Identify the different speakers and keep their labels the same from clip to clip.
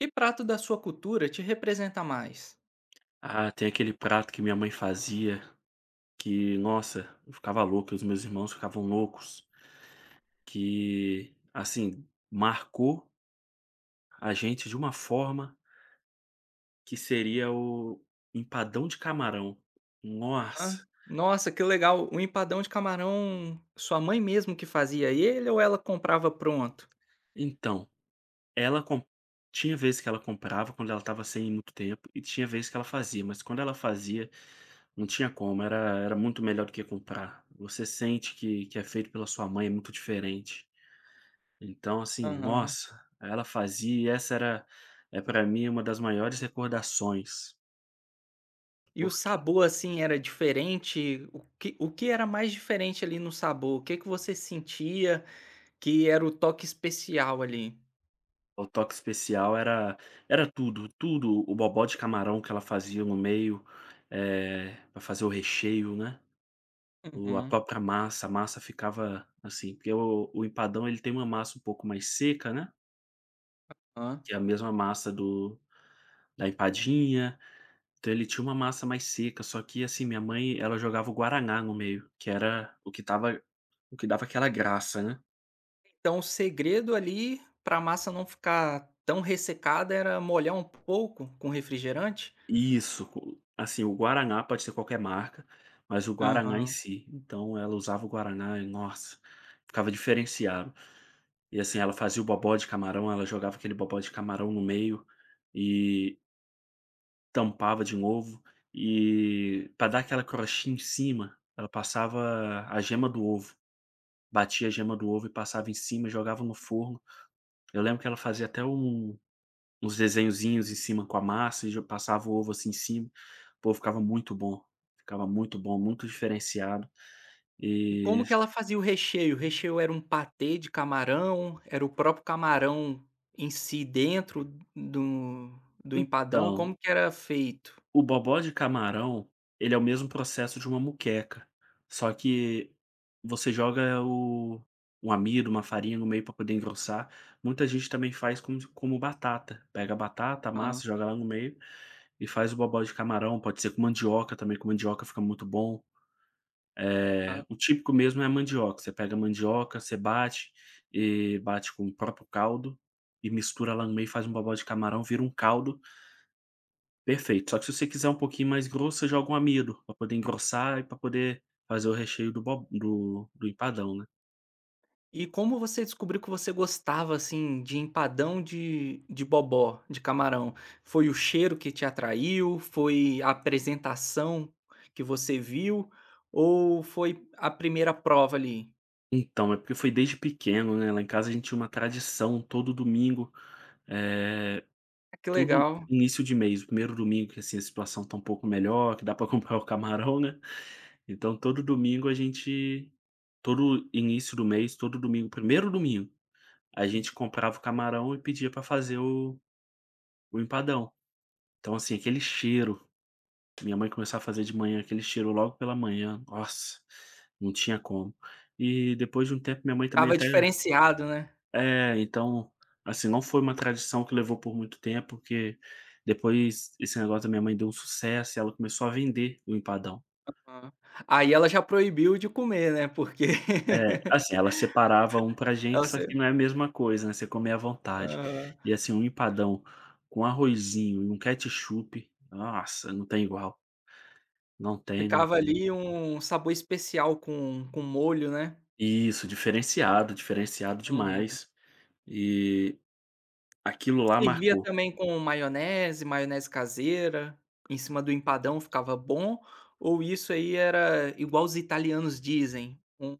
Speaker 1: Que prato da sua cultura te representa mais?
Speaker 2: Ah, tem aquele prato que minha mãe fazia que, nossa, eu ficava louco, os meus irmãos ficavam loucos, que, assim, marcou a gente de uma forma que seria o empadão de camarão.
Speaker 1: Hã?
Speaker 2: Nossa!
Speaker 1: Nossa, que legal, o empadão de camarão, sua mãe mesmo que fazia ele ou ela comprava pronto?
Speaker 2: Então, ela com tinha vezes que ela comprava quando ela estava sem muito tempo e tinha vezes que ela fazia, mas quando ela fazia, não tinha como, era muito melhor do que comprar. Você sente que é feito pela sua mãe, é muito diferente. Então, assim,
Speaker 1: Aham.
Speaker 2: nossa, ela fazia e essa era é para mim uma das maiores recordações,
Speaker 1: E o
Speaker 2: porque
Speaker 1: sabor, assim, era diferente? O que era mais diferente ali no sabor? O que que você sentia que era o toque especial ali?
Speaker 2: o toque especial era tudo, tudo, o bobó de camarão que ela fazia no meio, para fazer o recheio, né, o a
Speaker 1: Uhum.
Speaker 2: própria massa, a massa ficava assim, porque o empadão ele tem uma massa um pouco mais seca, né,
Speaker 1: Hã.
Speaker 2: que é a mesma massa do da empadinha, então ele tinha uma massa mais seca, só que, assim, minha mãe ela jogava o guaraná no meio, que era o que tava O que dava aquela graça, né.
Speaker 1: Então o segredo ali para a massa não ficar tão ressecada era molhar um pouco com refrigerante?
Speaker 2: Isso, co assim, o guaraná pode ser qualquer marca, mas o guaraná em
Speaker 1: Aham.
Speaker 2: si. Então ela usava o guaraná e, nossa, ficava diferenciado. E, assim, ela fazia o bobó de camarão, ela jogava aquele bobó de camarão no meio e tampava de novo. E para dar aquela crostinha em cima, ela passava a gema do ovo, batia a gema do ovo e passava em cima jogava no forno. Eu lembro que ela fazia até uns desenhozinhos em cima com a massa e jo passava o ovo, assim, em cima. Pô, ficava muito bom, muito diferenciado.
Speaker 1: E
Speaker 2: E
Speaker 1: como que ela fazia o recheio? O recheio era um patê de camarão? Era o próprio camarão em si dentro do do empadão?
Speaker 2: então,
Speaker 1: Como que era feito?
Speaker 2: o bobó de camarão, ele é o mesmo processo de uma muqueca, só que você joga o um amido, uma farinha no meio para poder engrossar. Muita gente também faz como batata. Pega a batata,
Speaker 1: Aham,
Speaker 2: amassa, joga lá no meio e faz o bobó de camarão. Pode ser com mandioca também, com mandioca fica muito bom.
Speaker 1: aham.
Speaker 2: É, o típico mesmo é a mandioca. Você pega a mandioca, você bate, e bate com o próprio caldo e mistura lá no meio, faz um bobó de camarão, vira um caldo perfeito. Só que se você quiser um pouquinho mais grosso, você joga um amido para poder engrossar e para poder fazer o recheio do bo do do empadão, né.
Speaker 1: E como você descobriu que você gostava, assim, de empadão de bobó, de camarão? Foi o cheiro que te atraiu? Foi a apresentação que você viu? Ou foi a primeira prova ali?
Speaker 2: Então, é porque foi desde pequeno, né, lá em casa a gente tinha uma tradição todo domingo, eh,
Speaker 1: Ah, que
Speaker 2: todo
Speaker 1: legal.
Speaker 2: início de mês, o 1º domingo que, assim, a situação tá um pouco melhor, que dá para comprar o camarão, né. Então todo domingo a gente Todo início do mês, todo domingo, primeiro domingo, a
Speaker 1: Uhum.
Speaker 2: gente comprava o camarão e pedia para fazer o empadão. Então, assim, aquele cheiro, minha mãe começava a fazer de manhã, aquele cheiro logo pela manhã, nossa, não tinha como. E depois de um tempo minha mãe também
Speaker 1: Estava
Speaker 2: até
Speaker 1: diferenciado, né?
Speaker 2: é, então, assim, não foi uma tradição que levou por muito tempo, porque depois esse negócio da minha mãe deu um sucesso e ela começou a vender o empadão.
Speaker 1: Hã. Aí ela já proibiu de comer, né, porque
Speaker 2: É, assim, ela separava um pra
Speaker 1: ela
Speaker 2: gente, só
Speaker 1: se
Speaker 2: que não é a mesma coisa, né, você comia à vontade.
Speaker 1: aham.
Speaker 2: E, assim, um empadão com arrozinho e um ketchup, nossa, não tem igual. Não tem, não
Speaker 1: Ficava
Speaker 2: tem.
Speaker 1: ali um sabor especial com molho, né.
Speaker 2: Isso, diferenciado, diferenciado
Speaker 1: Uhum.
Speaker 2: demais. E aquilo lá
Speaker 1: Servia
Speaker 2: marcou.
Speaker 1: também com maionese, maionese caseira, em cima do empadão ficava bom, ou isso aí era igual os italianos dizem, um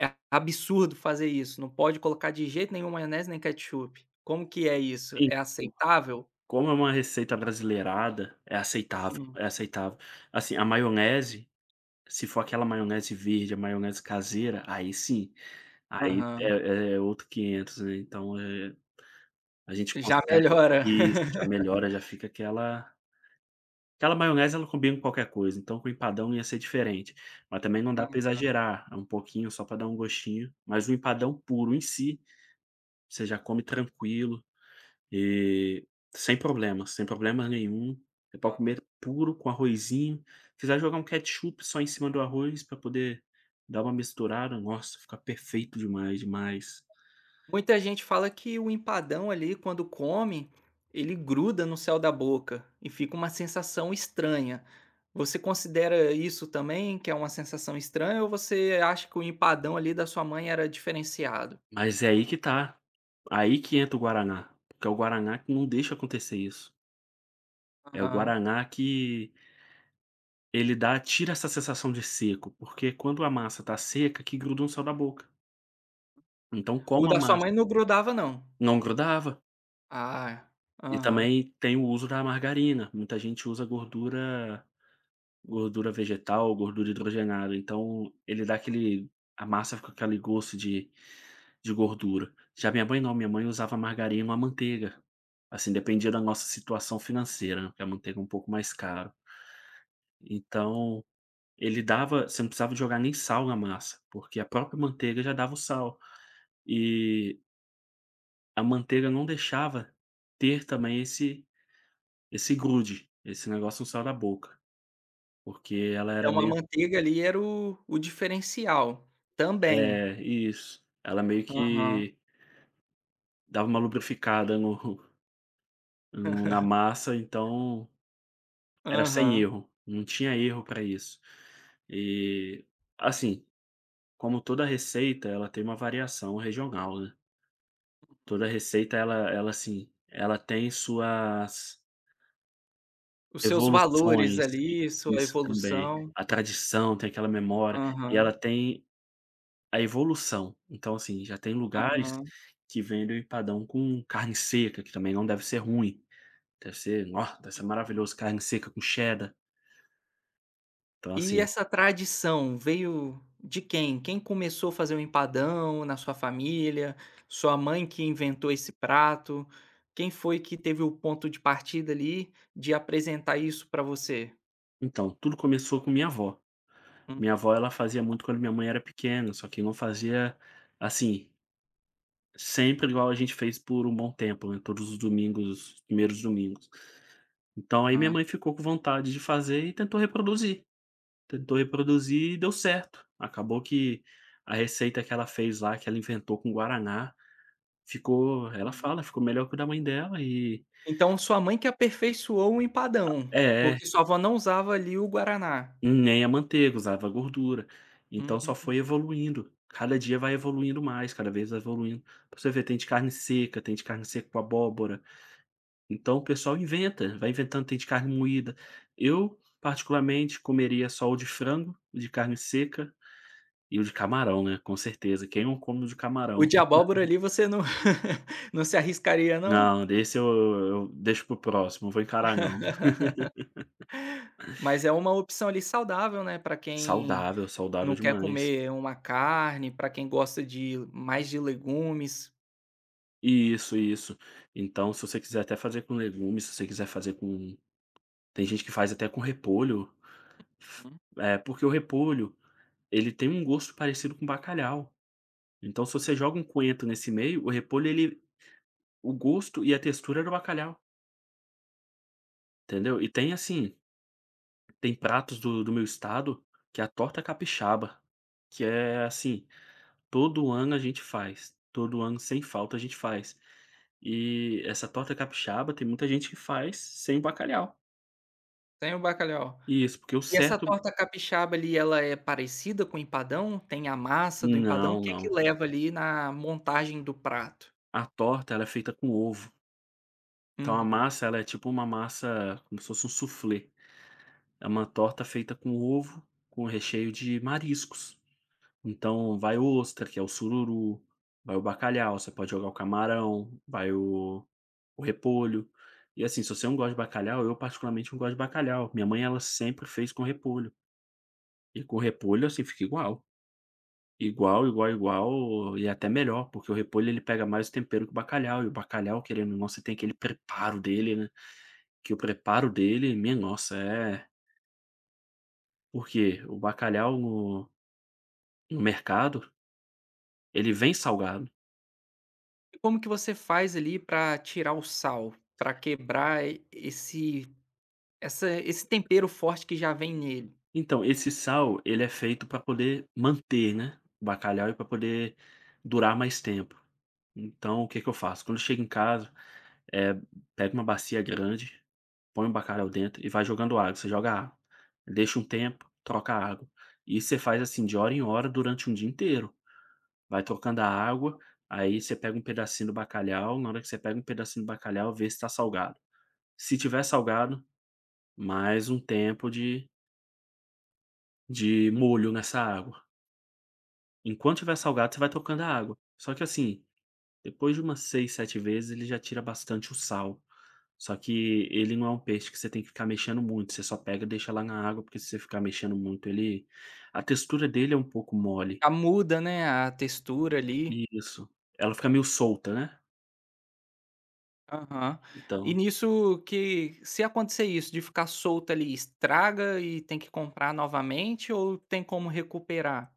Speaker 1: é absurdo fazer isso, não pode colocar de jeito nenhum maionese nem ketchup. Como que é isso?
Speaker 2: E
Speaker 1: É aceitável?
Speaker 2: como é uma receita brasileirada, é aceitável,
Speaker 1: Hum.
Speaker 2: é aceitável. Assim, a maionese, se for aquela maionese verde, a maionese caseira, aí sim, aí
Speaker 1: Aham.
Speaker 2: é outro quinhentos, né, então é. A gente
Speaker 1: Já
Speaker 2: consegue
Speaker 1: melhora.
Speaker 2: isso, já melhora, já fica aquela maionese, ela combina com qualquer coisa, então com empadão ia ser diferente, mas também não dá pra exagerar, é um pouquinho só pra dar um gostinho, mas o empadão puro em si, você já come tranquilo e sem problemas, sem problema nenhum, é pra comer puro com arrozinho, quiser jogar um ketchup só em cima do arroz pra poder dar uma misturada, nossa, fica perfeito demais, demais.
Speaker 1: Muita gente fala que o empadão ali, quando come, ele gruda no céu da boca e fica uma sensação estranha. Você considera isso também, que é uma sensação estranha, ou você acha que o empadão ali da sua mãe era diferenciado?
Speaker 2: Mas é aí que tá. Aí que entra o guaraná, porque é o guaraná que não deixa acontecer isso. É o
Speaker 1: Aham.
Speaker 2: guaraná que ele dá tira essa sensação de seco, porque quando a massa tá seca que gruda no sal da boca. Então,
Speaker 1: O
Speaker 2: como a
Speaker 1: da sua
Speaker 2: massa,
Speaker 1: mãe não grudava, não?
Speaker 2: não grudava.
Speaker 1: Ah,
Speaker 2: E
Speaker 1: aham.
Speaker 2: também tem o uso da margarina, muita gente usa gordura vegetal, gordura hidrogenada, então ele dá aquele, a massa fica com aquele gosto de gordura. Já minha mãe não, minha mãe usava margarina ou a manteiga. Assim, dependia da nossa situação financeira, né, porque a manteiga é um pouco mais caro. Então, ele dava, você não precisava jogar nem sal na massa, porque a própria manteiga já dava o sal. E a manteiga não deixava ter também esse grude, esse negócio no sal da boca, porque ela era
Speaker 1: Então a
Speaker 2: meio.
Speaker 1: manteiga ali era o diferencial, também.
Speaker 2: É, isso. Ela meio
Speaker 1: Aham,
Speaker 2: que dava uma lubrificada no no na massa, então era sem
Speaker 1: aham.
Speaker 2: erro, não tinha erro para isso. E, assim, como toda receita, ela tem uma variação regional, né. Toda receita ela, assim, ela tem suas
Speaker 1: Os seus valores
Speaker 2: evoluções,
Speaker 1: ali, sua
Speaker 2: isso também.
Speaker 1: evolução.
Speaker 2: A tradição tem aquela memória, e ela
Speaker 1: Aham,
Speaker 2: tem a evolução. Então, assim, já tem lugares
Speaker 1: aham.
Speaker 2: que vendem o empadão com carne seca, que também não deve ser ruim, deve ser ó, deve ser maravilhoso, carne seca com cheddar. Então,
Speaker 1: E
Speaker 2: assim,
Speaker 1: essa tradição veio de quem? Quem começou a fazer o empadão na sua família? Sua mãe que inventou esse prato? Quem foi que teve o ponto de partida ali de apresentar isso para você?
Speaker 2: então, tudo começou com minha avó. Minha
Speaker 1: Uhum,
Speaker 2: avó, ela fazia muito quando minha mãe era pequena, só que não fazia, assim, sempre igual a gente fez por um bom tempo, né, todos os domingos, os primeiros domingos. Então aí minha
Speaker 1: aham,
Speaker 2: mãe ficou com vontade de fazer e tentou reproduzir e deu certo. Acabou que a receita que ela fez lá, que ela inventou com guaraná, ficou, ela
Speaker 1: uhum.
Speaker 2: fala: "Ficou melhor que o da mãe dela". E
Speaker 1: Então sua mãe que aperfeiçoou o empadão,
Speaker 2: é, é.
Speaker 1: porque sua avó não usava ali o guaraná.
Speaker 2: Nem a manteiga, usava gordura. Então só
Speaker 1: Hum.
Speaker 2: foi evoluindo. Cada dia vai evoluindo mais, cada vez vai evoluindo. Pra você ver, tem de carne seca, tem de carne seca com abóbora. Então o pessoal inventa, vai inventando, tem de carne moída. Eu, particularmente, comeria só o de frango, o de carne seca e o de camarão, né, com certeza. Quem não come o de
Speaker 1: O
Speaker 2: camarão?
Speaker 1: de abóbora ali você não não se arriscaria não?
Speaker 2: Não, desse eu deixo pro próximo, não vou encarar não.
Speaker 1: Mas é uma opção ali saudável, né, para quem
Speaker 2: Saudável, saudável
Speaker 1: não quer
Speaker 2: demais.
Speaker 1: comer uma carne, para quem gosta de mais de legumes.
Speaker 2: Isso, isso. Então se você quiser até fazer com legumes, se você quiser fazer com. Tem gente que faz até com repolho, f-
Speaker 1: Hum.
Speaker 2: é porque o repolho, ele tem um gosto parecido com bacalhau. Então se você joga um coentro nesse meio, o repolho, ele, o gosto e a textura é do bacalhau, entendeu. E tem assim, tem pratos do meu estado, que é a torta capixaba, que é assim, todo ano a gente faz, todo ano sem falta a gente faz. E essa torta capixaba tem muita gente que faz sem bacalhau.
Speaker 1: Sem o bacalhau.
Speaker 2: Isso, porque o
Speaker 1: E essa
Speaker 2: certo,
Speaker 1: torta capixaba ali, ela é parecida com o empadão? Tem a massa do empadão? O
Speaker 2: não,
Speaker 1: que que
Speaker 2: não.
Speaker 1: leva ali na montagem do prato?
Speaker 2: A torta ela é feita com ovo. Então a
Speaker 1: Uhum.
Speaker 2: massa, ela é tipo uma massa como se fosse um soufflé. É uma torta feita com ovo, com recheio de mariscos. Então vai ostra, que é o sururu, vai o bacalhau, você pode jogar o camarão, vai o repolho. E assim, se você não gosta de bacalhau, eu particularmente não gosto de bacalhau. Minha mãe, ela sempre fez com repolho. E com repolho, assim, fica igual. Igual, igual, igual, e até melhor, porque o repolho ele pega mais tempero que o bacalhau, e o bacalhau, querendo ou não, você tem aquele preparo dele, né? Que o preparo dele, minha nossa, é porque o bacalhau no mercado, ele vem salgado.
Speaker 1: E como que você faz ali para tirar o sal, para quebrar e esse essa esse tempero forte que já vem nele?
Speaker 2: Então, esse sal, ele é feito para poder manter, né, o bacalhau e para poder durar mais tempo. Então, o que que eu faço? Quando eu chego em casa, é pego uma bacia grande, põe o bacalhau dentro e vai jogando água. Você joga água, deixa um tempo, troca a água. E você faz assim de hora em hora durante um dia inteiro. Vai trocando a água, aí você pega um pedacinho do bacalhau, na hora que você pega um pedacinho do bacalhau, vê se tá salgado. Se tiver salgado, mais um tempo de molho nessa água. Enquanto tiver salgado, você vai trocando a água. Só que assim, depois de umas 6, 7 vezes, ele já tira bastante o sal. Só que ele não é um peixe que você tem que ficar mexendo muito, você só pega e deixa lá na água, porque se você ficar mexendo muito, ele, a textura dele é um pouco mole.
Speaker 1: Já muda, né, a textura ali.
Speaker 2: Isso. Ela fica meio solta, né.
Speaker 1: Aham. E
Speaker 2: Então,
Speaker 1: nisso que se acontecer isso, de ficar solto ali, estraga e tem que comprar novamente ou tem como recuperar?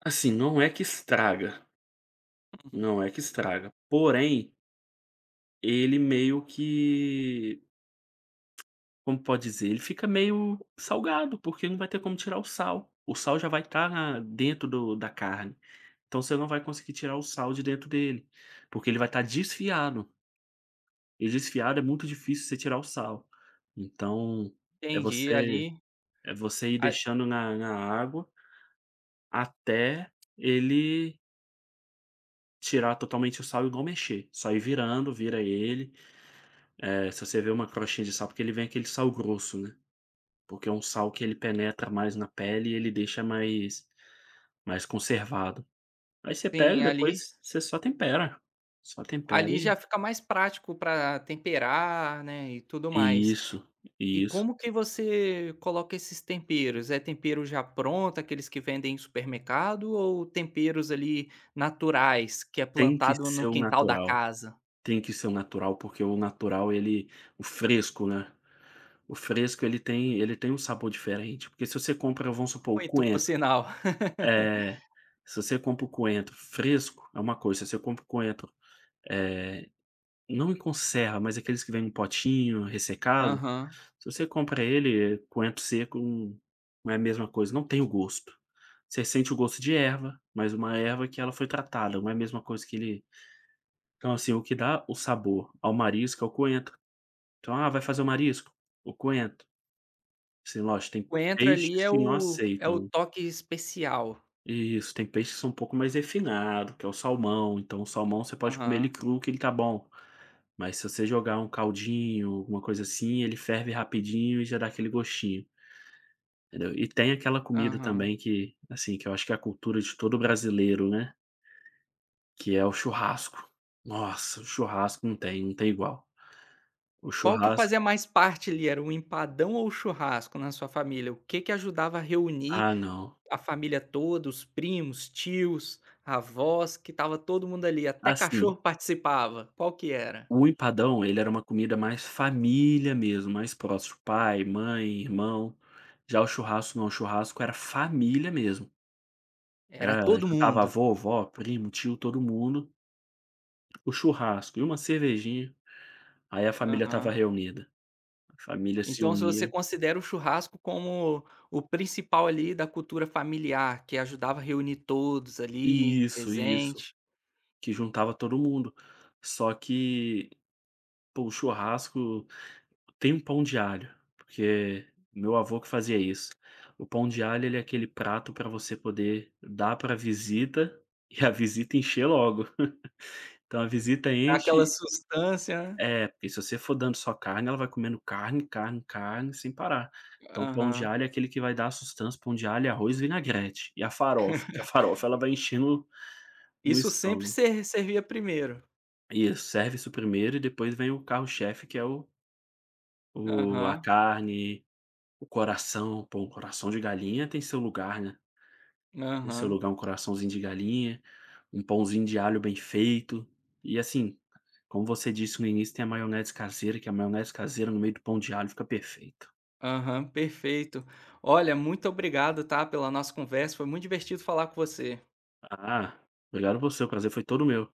Speaker 2: assim, não é que estraga. Não é que estraga. Porém, ele meio que, como pode dizer? Ele fica meio salgado, porque não vai ter como tirar o sal. O sal já vai estar dentro do da carne, então você não vai conseguir tirar o sal de dentro dele, porque ele vai estar desfiado, e desfiado é muito difícil você tirar o sal. Então, é
Speaker 1: Entendi,
Speaker 2: você,
Speaker 1: ali
Speaker 2: ir
Speaker 1: a
Speaker 2: deixando na água até ele tirar totalmente o sal e não mexer, só ir virando, vira ele. É, se você vê uma crostinha de sal, porque ele vem aquele sal grosso, né, porque é um sal que ele penetra mais na pele e ele deixa mais, mais conservado. Aí você pega
Speaker 1: sim,
Speaker 2: e
Speaker 1: ali
Speaker 2: depois você só tempera
Speaker 1: ali
Speaker 2: e.
Speaker 1: já fica mais prático para temperar, né, e tudo mais.
Speaker 2: Isso,
Speaker 1: E
Speaker 2: isso.
Speaker 1: como que você coloca esses temperos? É tempero já pronto, aqueles que vendem em supermercado ou temperos ali naturais, que é
Speaker 2: Tem que
Speaker 1: plantado
Speaker 2: ser
Speaker 1: no
Speaker 2: o
Speaker 1: quintal da
Speaker 2: natural,
Speaker 1: casa?
Speaker 2: tem que ser o natural, porque o natural ele, o fresco, né, o fresco ele tem, ele tem um sabor diferente, porque se você compra, vamos supor, o
Speaker 1: Muito, por
Speaker 2: coentro,
Speaker 1: sinal.
Speaker 2: é, se você compra o coentro fresco é uma coisa, se você compra o coentro, eh não em conserva, mas aqueles que vêm em potinho, ressecado,
Speaker 1: Aham.
Speaker 2: se você compra ele, coentro seco não, não é a mesma coisa, não tem o gosto. Você sente o gosto de erva, mas uma erva que ela foi tratada, não é a mesma coisa que ele. Então, assim, o que dá o sabor ao marisco é o coentro. Então: "Ah, vai fazer o marisco? O coentro". Assim, lógico, tem
Speaker 1: Coentro ali
Speaker 2: peixes
Speaker 1: é
Speaker 2: que não
Speaker 1: o
Speaker 2: aceitam
Speaker 1: toque especial.
Speaker 2: isso, tem peixes que são um pouco mais refinado, que é o salmão, então o salmão você pode comer ele
Speaker 1: Aham,
Speaker 2: cru que ele tá bom. Mas se você jogar um caldinho, alguma coisa assim, ele ferve rapidinho e já dá aquele gostinho, entendeu. E tem aquela comida
Speaker 1: aham.
Speaker 2: também que, assim, que eu acho que é a cultura de todo brasileiro, né, que é o churrasco. Nossa, o churrasco não tem, não tem igual. O
Speaker 1: Qual que
Speaker 2: churrasco,
Speaker 1: fazia mais parte ali, era o empadão ou o churrasco na sua família? O que que ajudava a reunir
Speaker 2: ah, não.
Speaker 1: a família toda, os primos, tios, avós, que tava todo mundo ali, até
Speaker 2: Assim,
Speaker 1: cachorro participava, qual que era?
Speaker 2: o empadão, ele era uma comida mais família mesmo, mais próximo, pai, mãe, irmão. Já o churrasco não, o churrasco era família mesmo.
Speaker 1: Era
Speaker 2: Era,
Speaker 1: todo
Speaker 2: juntava
Speaker 1: mundo.
Speaker 2: avô, vó, primo, tio, todo mundo, o churrasco e uma cervejinha, aí a família estava
Speaker 1: Aham.
Speaker 2: reunida. A família se
Speaker 1: Então se você
Speaker 2: unia.
Speaker 1: considera o churrasco como o principal ali da cultura familiar, que ajudava a reunir todos ali,
Speaker 2: Isso,
Speaker 1: presente,
Speaker 2: que juntava todo mundo. Só que, pô, o churrasco tem um pão de alho, porque meu avô que fazia isso. O pão de alho, ele é aquele prato para você poder dar para visita e a visita encher logo. Então a visita
Speaker 1: dá aquela
Speaker 2: enche.
Speaker 1: sustância, né.
Speaker 2: É, porque se você for dando só carne, ela vai comendo carne, carne, carne, sem parar. Então, pão de
Speaker 1: Aham.
Speaker 2: alho é aquele que vai dar a sustância, pão de alho, arroz e vinagrete. E a farofa, que a farofa ela vai enchendo no
Speaker 1: Isso sempre
Speaker 2: estômago.
Speaker 1: ser servia primeiro.
Speaker 2: Isso, serve isso primeiro e depois vem o carro-chefe que é o a
Speaker 1: Aham,
Speaker 2: carne, o coração, pô, um coração de galinha tem seu lugar, né. Tem seu
Speaker 1: aham,
Speaker 2: lugar um coraçãozinho de galinha, um pãozinho de alho bem feito. E assim, como você disse no início, tem a maionese caseira, que a maionese caseira no meio do pão de alho fica perfeita.
Speaker 1: aham, perfeito. Olha, muito obrigado, tá, pela nossa conversa, foi muito divertido falar com você.
Speaker 2: Ah, melhor você, o prazer foi todo meu.